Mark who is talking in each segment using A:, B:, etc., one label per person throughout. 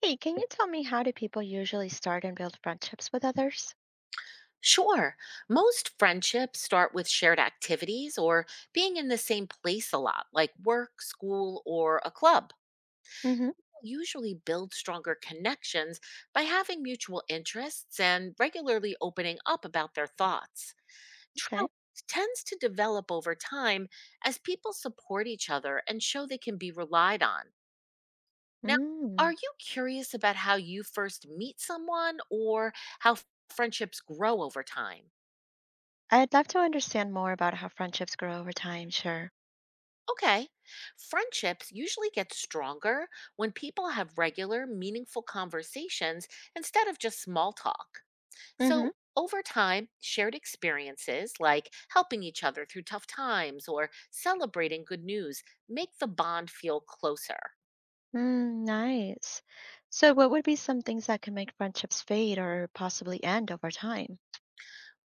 A: Hey, can you tell me how do people usually start and build friendships with others?
B: Sure. Most friendships start with shared activities or being in the same place a lot, like work, school, or a club.
A: Hmm.
B: Usually build stronger connections by having mutual interests and regularly opening up about their thoughts.
A: Okay.
B: Trust tends to develop over time as people support each other and show they can be relied on. Now,
A: Mm.
B: are you curious about how you first meet someone or how friendships grow over time?
A: I'd love to understand more about how friendships grow over time, sure.
B: Okay. Friendships usually get stronger when people have regular, meaningful conversations instead of just small talk.
A: Mm-hmm.
B: So, over time, shared experiences like helping each other through tough times or celebrating good news make the bond feel closer.
A: Mm, nice. So, what would be some things that can make friendships fade or possibly end over time?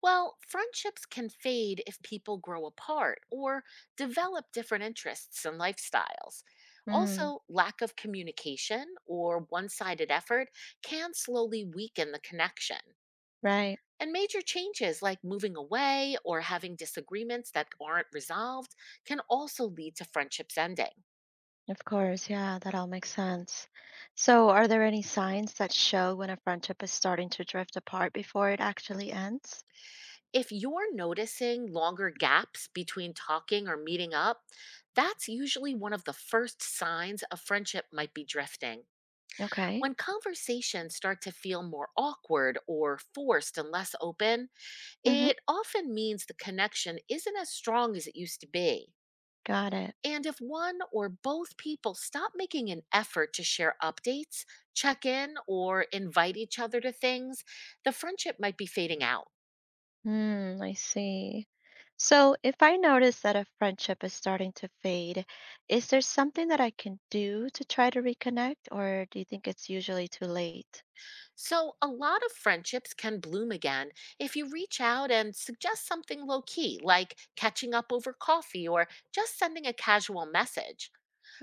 B: Well, friendships can fade if people grow apart or develop different interests and lifestyles.
A: Mm,
B: Also, lack of communication or one sided effort can slowly weaken the connection.
A: right.
B: And major changes like moving away or having disagreements that aren't resolved can also lead to friendships ending.
A: Of course. Yeah, that all makes sense. So, are there any signs that show when a friendship is starting to drift apart before it actually ends?
B: If you're noticing longer gaps between talking or meeting up, that's usually one of the first signs a friendship might be drifting.
A: Okay.
B: When conversations start to feel more awkward or forced and less open,
A: Mm-hmm.
B: it often means the connection isn't as strong as it used to be.
A: Got it.
B: And if one or both people stop making an effort to share updates, check in, or invite each other to things, the friendship might be fading out.
A: Hmm, I see. So, if I notice that a friendship is starting to fade, is there something that I can do to try to reconnect, or do you think it's usually too late?
B: So, a lot of friendships can bloom again if you reach out and suggest something low key, like catching up over coffee or just sending a casual message.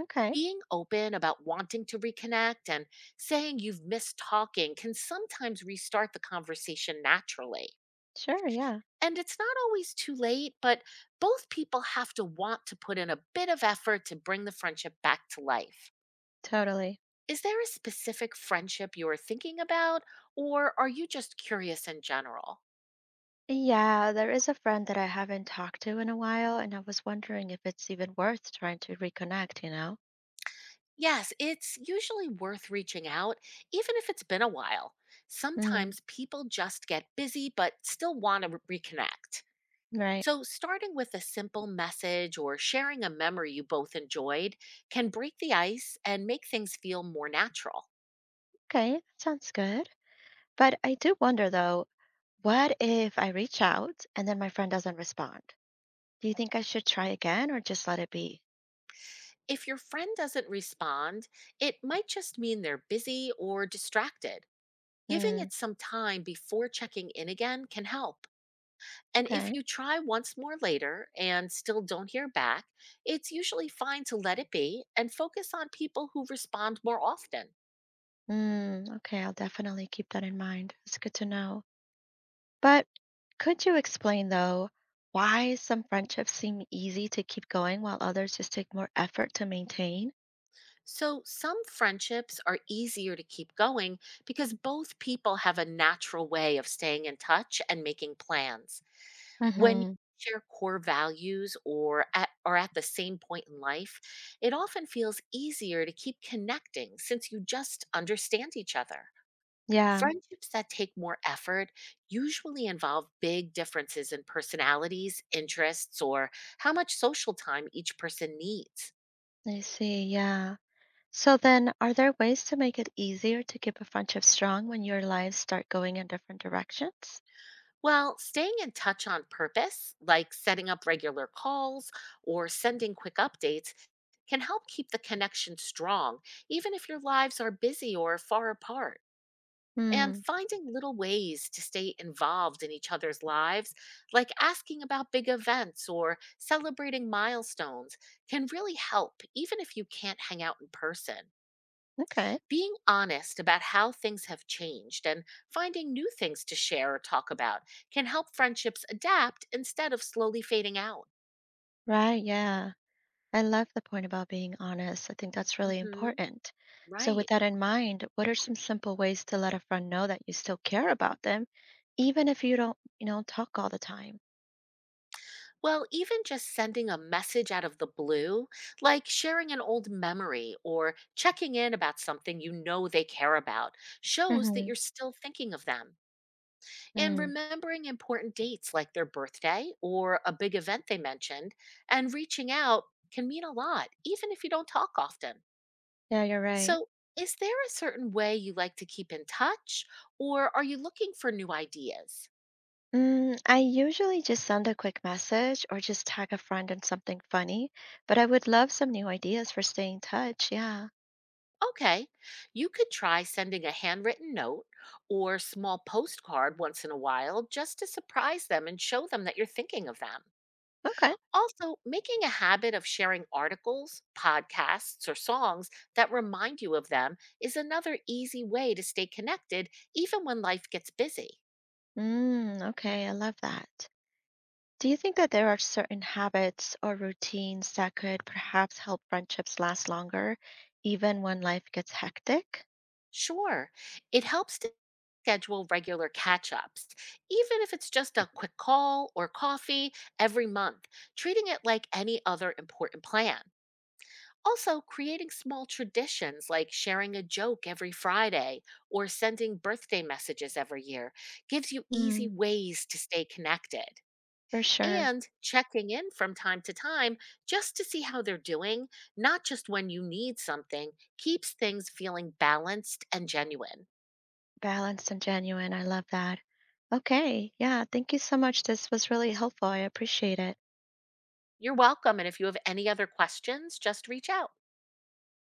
A: Okay,
B: Being open about wanting to reconnect and saying you've missed talking can sometimes restart the conversation naturally.
A: sure, yeah,
B: And it's not always too late, but both people have to want to put in a bit of effort to bring the friendship back to life.
A: totally.
B: Is there a specific friendship you're thinking about, or are you just curious in general?
A: Yeah, there is a friend that I haven't talked to in a while, and I was wondering if it's even worth trying to reconnect,
B: Yes, it's usually worth reaching out, even if it's been a while.
A: Mm,
B: Sometimes people just get busy but still want to reconnect.
A: right.
B: So, starting with a simple message or sharing a memory you both enjoyed can break the ice and make things feel more natural.
A: Okay, that sounds good. But I do wonder though, what if I reach out and then my friend doesn't respond? Do you think I should try again or just let it be?
B: If your friend doesn't respond, it might just mean they're busy or distracted. Giving
A: Mm,
B: it some time before checking in again can help. And if
A: okay.
B: you try once more later and still don't hear back, it's usually fine to let it be and focus on people who respond more often.
A: Mm, okay, I'll definitely keep that in mind. It's good to know. But could you explain, though, why some friendships seem easy to keep going while others just take more effort to maintain?
B: So, some friendships are easier to keep going because both people have a natural way of staying in touch and making plans. When you
A: Mm-hmm.
B: share core values or are at the same point in life, it often feels easier to keep connecting since you just understand each other.
A: Yeah,
B: Friendships that take more effort usually involve big differences in personalities, interests, or how much social time each person needs.
A: I see. Yeah. So then, are there ways to make it easier to keep a friendship strong when your lives start going in different directions?
B: Well, staying in touch on purpose, like setting up regular calls or sending quick updates, can help keep the connection strong, even if your lives are busy or far apart. And
A: Hmm.
B: finding little ways to stay involved in each other's lives, like asking about big events or celebrating milestones, can really help, even if you can't hang out in person.
A: Okay.
B: Being honest about how things have changed and finding new things to share or talk about can help friendships adapt instead of slowly fading out.
A: Right. Yeah. I love the point about being honest. I think that's really
B: Hmm.
A: important. So, with
B: Right.
A: that in mind, what are some simple ways to let a friend know that you still care about them, even if you don't, talk all the time?
B: Well, even just sending a message out of the blue, like sharing an old memory or checking in about something you know they care about, shows that
A: Hmm.
B: you're still thinking of them. And
A: Mm.
B: remembering important dates like their birthday or a big event they mentioned and reaching out can mean a lot, even if you don't talk often.
A: Yeah, you're right.
B: So, is there a certain way you like to keep in touch, or are you looking for new ideas?
A: Mm, I usually just send a quick message or just tag a friend in something funny, but I would love some new ideas for staying in touch. Yeah.
B: Okay, you could try sending a handwritten note or small postcard once in a while just to surprise them and show them that you're thinking of them.
A: Okay.
B: Also, making a habit of sharing articles, podcasts, or songs that remind you of them is another easy way to stay connected even when life gets busy.
A: Mm, okay. I love that. Do you think that there are certain habits or routines that could perhaps help friendships last longer, even when life gets hectic?
B: Sure. It helps to schedule regular catch ups, even if it's just a quick call or coffee every month, treating it like any other important plan. Also, creating small traditions like sharing a joke every Friday or sending birthday messages every year gives you easy
A: Mm,
B: ways to stay connected.
A: for sure.
B: And checking in from time to time just to see how they're doing, not just when you need something, keeps things feeling balanced and genuine.
A: Balanced and genuine. I love that. Okay. Yeah. Thank you so much. This was really helpful. I appreciate it.
B: You're welcome. And if you have any other questions, just reach out.